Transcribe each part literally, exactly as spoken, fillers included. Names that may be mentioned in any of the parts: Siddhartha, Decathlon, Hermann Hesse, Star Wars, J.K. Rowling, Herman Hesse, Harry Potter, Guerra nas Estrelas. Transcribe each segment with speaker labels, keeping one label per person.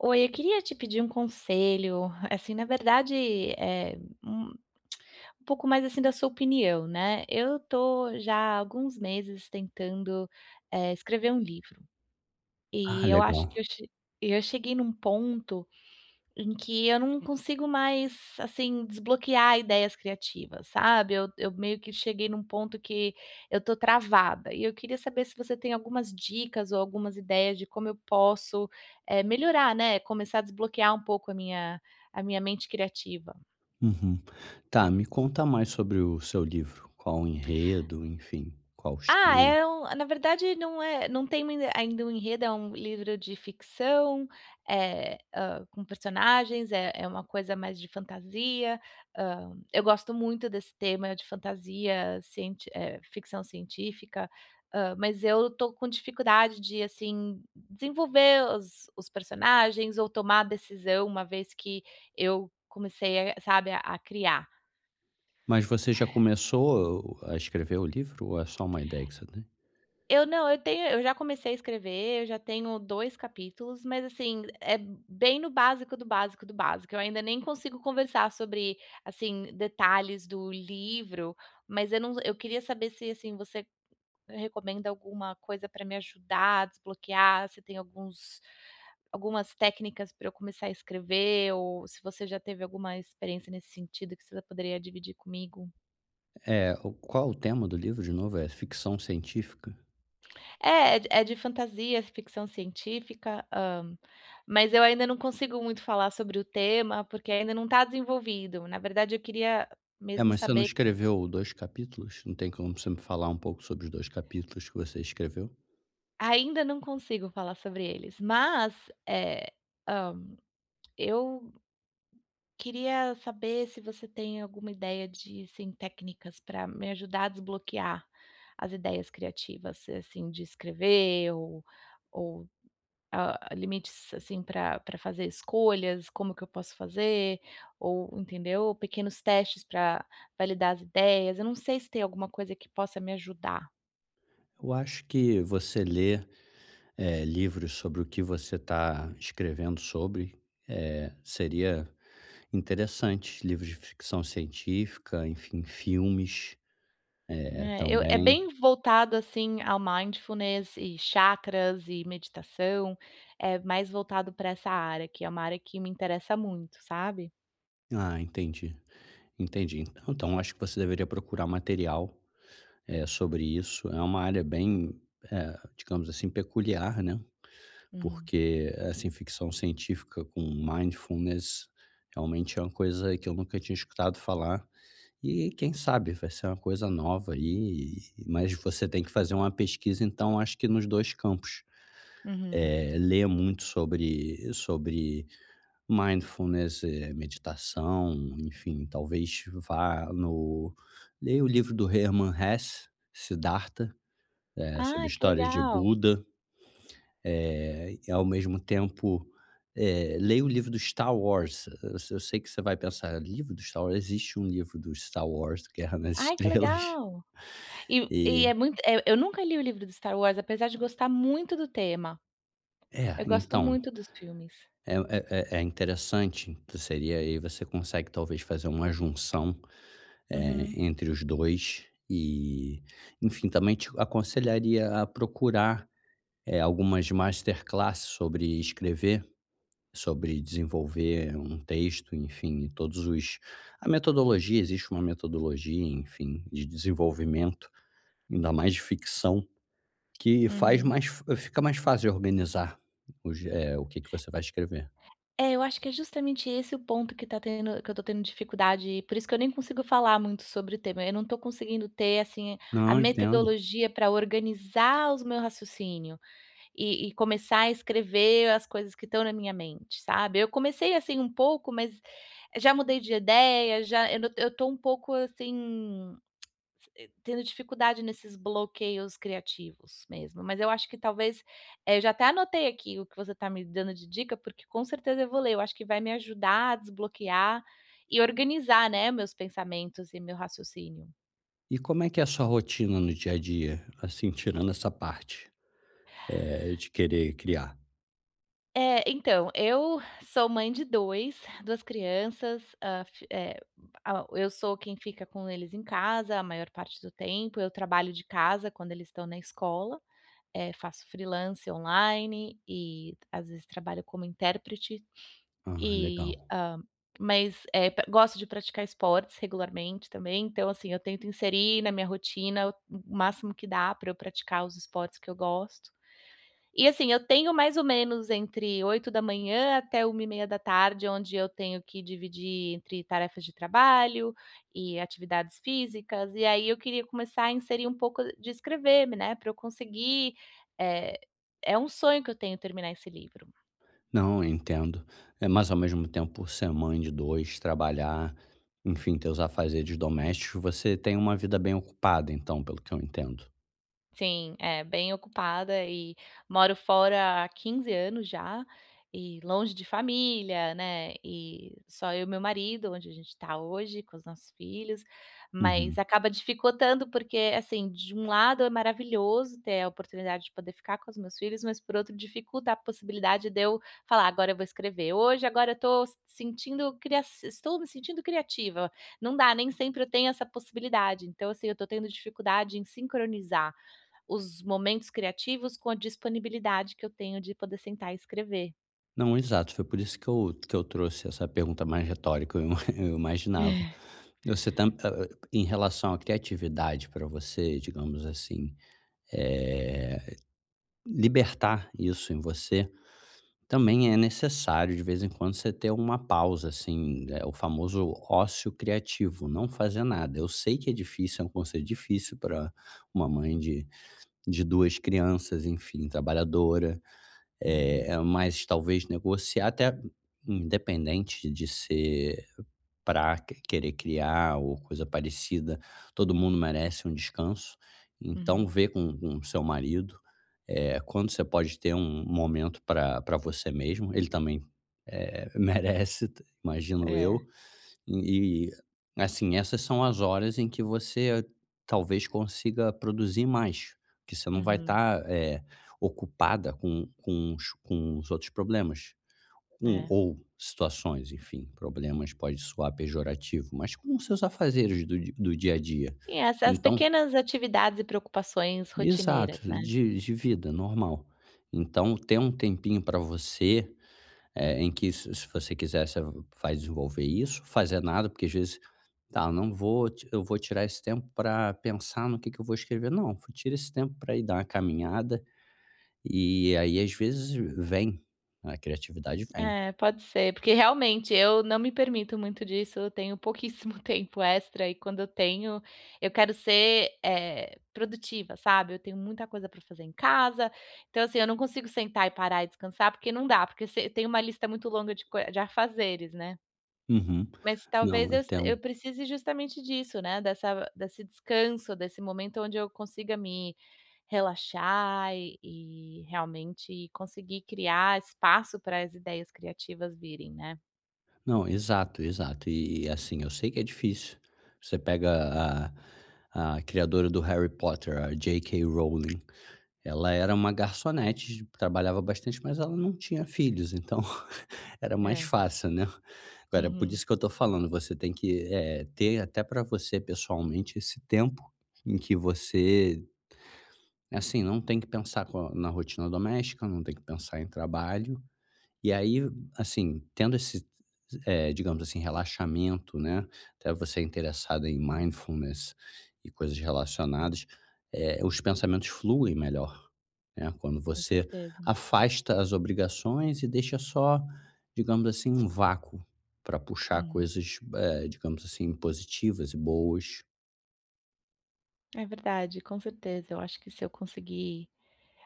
Speaker 1: Oi, eu queria te pedir um conselho, assim, na verdade, eh, um um pouco mais, assim, da sua opinião, né. Eu tô já há alguns meses tentando, eh, escrever um livro,
Speaker 2: Ah,
Speaker 1: e eu acho que eu
Speaker 2: legal.
Speaker 1: che eu cheguei num ponto em que eu não consigo mais, assim, desbloquear ideias criativas, sabe. Eu eu meio que cheguei num ponto que eu tô travada, e eu queria saber se você tem algumas dicas ou algumas ideias de como eu posso, eh, melhorar, né, começar a desbloquear um pouco a minha a minha mente criativa.
Speaker 2: Uhum. Tá, me conta mais sobre o seu livro. Qual o enredo, enfim, qual o
Speaker 1: Ah,
Speaker 2: estilo?
Speaker 1: é um na verdade não é não tem mui ainda um enredo, é um livro de ficção, é hã, com personagens, é é uma coisa mais de fantasia, hã, eu gosto muito desse tema de fantasia, cienti eh, ficção científica, hã, mas eu tô com dificuldade de, assim, desenvolver os os personagens ou tomar decisão, uma vez que eu comecei, eh, sabe, a a criar.
Speaker 2: Mas você já começou a escrever o livro ou é só uma ideia que você tem?
Speaker 1: Eu não, eu tenho eu já comecei a escrever, eu já tenho dois capítulos, mas assim, é bem no básico do básico do básico. Eu ainda nem consigo conversar sobre, assim, detalhes do livro, mas eu não eu queria saber se, assim, você recomenda alguma coisa para me ajudar a desbloquear, se tem alguns algumas técnicas para eu começar a escrever ou se você já teve alguma experiência nesse sentido que você poderia dividir comigo.
Speaker 2: É, o- qual o tema do livro, de novo? É ficção científica?
Speaker 1: É, é de é de fantasia, ficção científica, hã, mas eu ainda não consigo muito falar sobre o tema, porque ainda não tá desenvolvido. Na verdade, eu queria
Speaker 2: É,
Speaker 1: mesmo
Speaker 2: mas você não
Speaker 1: saber co
Speaker 2: escreveu dois capítulos? Não tem como você me falar um pouco sobre os dois capítulos que você escreveu?
Speaker 1: ainda não consigo falar sobre eles, mas, eh, hã, eu queria saber se você tem alguma ideia de, assim, técnicas pra me ajudar a desbloquear as ideias criativas, assim, de escrever ou ou Ah, limites, assim, para para fazer escolhas, como que eu posso fazer, ou entendeu? Pequenos testes para validar as ideias, eu não sei se tem alguma coisa que possa me ajudar,
Speaker 2: Eu acho que você ler é, livros sobre o que você está escrevendo sobre é, seria interessantes, livros de ficção científica, enfim, filmes, eh,
Speaker 1: né, eu é
Speaker 2: também.
Speaker 1: bem voltado, assim, ao mindfulness e chakras e meditação, é mais voltado para essa área, que é uma área que me interessa muito, sabe?
Speaker 2: Ah, entendi, entendi. Então então acho que você deveria procurar material, eh, sobre isso. É uma área bem, eh, digamos assim, peculiar, né,
Speaker 1: Uhum,
Speaker 2: porque, assim, ficção científica com mindfulness realmente é uma coisa que eu nunca tinha escutado falar e quem sabe vai ser uma coisa nova aí, mas você tem que fazer uma pesquisa, então, acho que nos dois campos.
Speaker 1: uhum.
Speaker 2: Eh, ler muito sobre sobre mindfulness, eh, meditação, enfim, talvez vá no leia o livro do Hermann Hesse, Siddhartha, eh, sobre
Speaker 1: Ai, que
Speaker 2: histórias de
Speaker 1: legal.
Speaker 2: Buda, eh, e ao mesmo tempo, eh, leia o livro do Star Wars. Eu eu sei que você vai pensar: "Livro do Star Wars?" Existe um livro do Star Wars, Guerra nas
Speaker 1: Ai, que
Speaker 2: Estrelas,
Speaker 1: legal. E e
Speaker 2: e
Speaker 1: é muito eh, eu nunca li o livro do Star Wars, apesar de gostar muito do tema.
Speaker 2: é,
Speaker 1: Eu gosto
Speaker 2: então,
Speaker 1: muito dos filmes.
Speaker 2: é é é é interessante, seria aí você consegue talvez fazer uma junção eh,
Speaker 1: Uhum,
Speaker 2: entre os dois. E, enfim, também te aconselharia a procurar, eh, algumas masterclasses sobre escrever, sobre desenvolver um texto, enfim, todos os a metodologia, existe uma metodologia, enfim, de desenvolvimento, ainda mais de ficção, que faz
Speaker 1: uhum.
Speaker 2: mais fica mais fácil organizar os eh, o que que você vai escrever.
Speaker 1: É, eu acho que é justamente esse o ponto que tá tendo que eu tô tendo dificuldade, por isso que eu nem consigo falar muito sobre o tema. Eu não tô conseguindo ter, assim, a
Speaker 2: Não, entendo.
Speaker 1: metodologia para organizar os meu raciocínio e e começar a escrever as coisas que estão na minha mente, sabe. Eu comecei, assim, um pouco, mas já mudei de ideia, já eu não eu tô um pouco, assim eh, tendo dificuldade nesses bloqueios criativos mesmo, mas eu acho que talvez, eh, eu já até anotei aqui o que você está me dando de dica, porque com certeza eu vou ler, eu acho que vai me ajudar a desbloquear e organizar, né, meus pensamentos e meu raciocínio.
Speaker 2: E como é que é a sua rotina no dia a dia, assim, tirando essa parte, eh, de querer criar?
Speaker 1: É, então, eu sou mãe de dois, duas crianças, hã, fi eh, a eu sou quem fica com eles em casa a maior parte do tempo, eu trabalho de casa quando eles estão na escola. Eh, faço freelance online e às vezes trabalho como intérprete
Speaker 2: Ah, legal.
Speaker 1: e, hã, mas, eh, pra gosto de praticar esportes regularmente também, então, assim, eu tento inserir na minha rotina o o máximo que dá para eu praticar os esportes que eu gosto. E assim, eu tenho mais ou menos entre oito da manhã até uma e meia da tarde onde eu tenho que dividir entre tarefas de trabalho e atividades físicas, e aí eu queria começar a inserir um pouco de escrever, né, para eu conseguir, eh, é um sonho que eu tenho terminar esse livro.
Speaker 2: Não, entendo. É, mas ao mesmo tempo, ser mãe de dois trabalhar, enfim, ter os afazeres domésticos, você tem uma vida bem ocupada, então, pelo que eu entendo.
Speaker 1: Sim, é, bem ocupada e moro fora há quinze anos já, e longe de família, né, e só eu e meu marido, onde a gente está hoje, com os nossos filhos, mas
Speaker 2: Uhum.
Speaker 1: acaba dificultando, porque, assim, de um lado é maravilhoso ter a oportunidade de poder ficar com os meus filhos, mas por outro dificulta a possibilidade de eu falar: "Agora eu vou escrever. Hoje, agora eu estou sentindo cria estou me sentindo criativa". Não dá, nem sempre eu tenho essa possibilidade, então, assim, eu estou tendo dificuldade em sincronizar os momentos criativos com a disponibilidade que eu tenho de poder sentar e escrever.
Speaker 2: Não, exato. Foi por isso que eu, que eu trouxe essa pergunta mais retórica, eu, ima- eu imaginava.
Speaker 1: É.
Speaker 2: Você tam, ah, ah, em relação à criatividade para você, digamos assim, eh, libertar isso em você. Também é necessário de vez em quando você ter uma pausa, assim, é o famoso ócio criativo, não fazer nada. Eu sei que é difícil, é um conceito difícil para uma mãe de de duas crianças, enfim, trabalhadora,
Speaker 1: Uhum,
Speaker 2: é mas talvez negociar até independente de ser pra querer criar ou coisa parecida, todo mundo merece um descanso. Então
Speaker 1: uhum.
Speaker 2: vê com com o seu marido, eh, quando você pode ter um momento para pra você mesmo, ele também eh, merece, t- imagino
Speaker 1: É,
Speaker 2: eu. E, assim, essas são as horas em que você talvez consiga produzir mais, que você não vai
Speaker 1: uhum,
Speaker 2: estar ocupada com, com, os, com os outros problemas. Com-
Speaker 1: é.
Speaker 2: ou situações, enfim, problemas pode soar pejorativo, mas com os seus afazeres do, di- do dia a dia.
Speaker 1: E as as
Speaker 2: Então,
Speaker 1: pequenas atividades e preocupações rotineiras,
Speaker 2: exato,
Speaker 1: né.
Speaker 2: de, de vida normal. Então, ter um tempinho para você eh, em que se se você quiser, você vai desenvolver isso, fazer nada, porque às vezes, tá, não vou, ti- eu vou tirar esse tempo para pensar no que, que eu vou escrever. Não, tira esse tempo para ir dar uma caminhada e aí às vezes vem, a criatividade vem.
Speaker 1: É, pode ser, porque realmente eu não me permito muito disso, eu tenho pouquíssimo tempo extra e quando eu tenho, eu quero ser, eh, produtiva, sabe. Eu tenho muita coisa para fazer em casa, então assim, eu não consigo sentar e parar e descansar, porque não dá, porque se tem uma lista muito longa de coi de afazeres, né.
Speaker 2: Uhum.
Speaker 1: Mas talvez
Speaker 2: Não,
Speaker 1: eu eu
Speaker 2: entendo.
Speaker 1: precise justamente disso, né, dessa desse descanso, desse momento onde eu consiga me relaxar e e realmente conseguir criar espaço para as ideias criativas virem, né.
Speaker 2: Não, exato, exato. E assim, eu sei que é difícil. Você pega a, a criadora do Harry Potter, a J K. Rowling. Ela era uma garçonete, trabalhava bastante, mas ela não tinha filhos, então era mais
Speaker 1: É.
Speaker 2: fácil, né. Agora, por
Speaker 1: Uhum.
Speaker 2: isso que eu tô falando, você tem que, eh, ter até pra você pessoalmente esse tempo em que você, assim, não tem que pensar co na rotina doméstica, não tem que pensar em trabalho, e aí, assim, tendo esse, eh, digamos assim, relaxamento, né, até você é interessado em mindfulness e coisas relacionadas, eh, os pensamentos fluem melhor, né, quando
Speaker 1: Com
Speaker 2: você
Speaker 1: certeza.
Speaker 2: afasta as obrigações e deixa só, digamos assim, um vácuo para puxar
Speaker 1: Uhum.
Speaker 2: coisas, eh, digamos assim, positivas e boas.
Speaker 1: É verdade, com certeza. Eu acho que se eu conseguir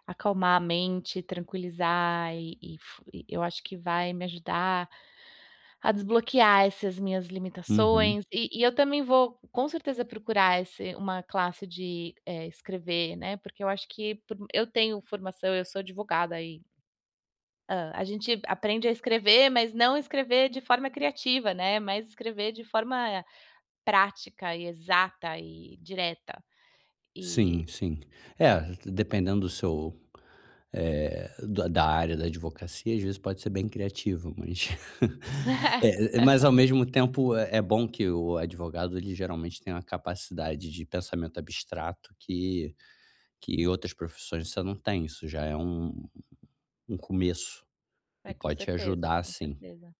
Speaker 1: acalmar a mente, tranquilizar e e fu e eu acho que vai me ajudar a desbloquear essas minhas
Speaker 2: Uhum.
Speaker 1: limitações, e e eu também vou com certeza procurar esse uma classe de, eh, escrever, né, porque eu acho que por eu tenho formação, eu sou advogada e, hã, a gente aprende a escrever, mas não escrever de forma criativa, né, mas escrever de forma prática e exata e direta. E
Speaker 2: Sim, sim. É, dependendo do seu, eh, da da área da advocacia, às vezes pode ser bem criativo, mas eh, mas ao mesmo tempo é é bom que o advogado ele geralmente tem uma capacidade de pensamento abstrato que que outras profissões você não tem, isso já é um um começo
Speaker 1: é,
Speaker 2: e
Speaker 1: com
Speaker 2: pode te
Speaker 1: certeza,
Speaker 2: ajudar
Speaker 1: com
Speaker 2: sim.
Speaker 1: certeza.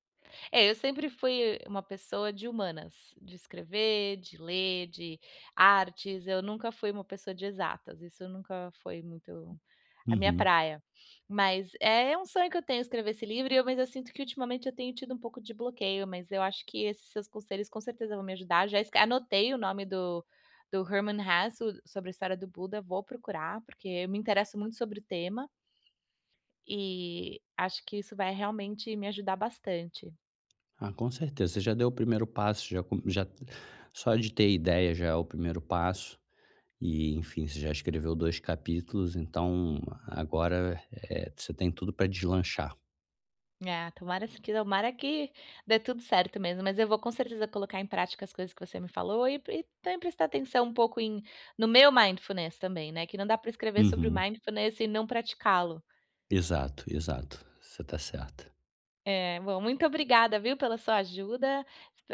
Speaker 1: É, eu sempre fui uma pessoa de humanas, de escrever, de ler, de artes, eu nunca fui uma pessoa de exatas, isso nunca foi muito a minha
Speaker 2: Uhum.
Speaker 1: praia. Mas é um sonho que eu tenho escrever esse livro, e eu mas eu sinto que ultimamente eu tenho tido um pouco de bloqueio, mas eu acho que esses seus conselhos com certeza vão me ajudar. Já escre Anotei o nome do do Herman Hesse, o sobre a história do Buda, vou procurar, porque eu me interesso muito sobre o tema, e acho que isso vai realmente me ajudar bastante.
Speaker 2: Ah, com certeza, você já deu o primeiro passo, já com já só de ter ideia já é o primeiro passo. E, enfim, você já escreveu dois capítulos, então agora, eh, você tem tudo para deslanchar.
Speaker 1: Ah, tomara se que tomara que dê tudo certo mesmo, mas eu vou com certeza colocar em prática as coisas que você me falou e e também prestar atenção um pouco em no meu mindfulness também, né, que não dá para escrever sobre o
Speaker 2: Uhum.
Speaker 1: mindfulness e não praticá-lo.
Speaker 2: Exato, exato. Você tá certa.
Speaker 1: É, bom, muito obrigada, viu, pela sua ajuda.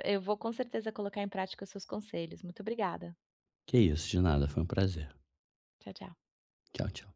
Speaker 1: Eu vou com certeza colocar em prática os seus conselhos. Muito obrigada.
Speaker 2: Que isso, de nada, foi um prazer.
Speaker 1: Tchau, tchau.
Speaker 2: Tchau, tchau.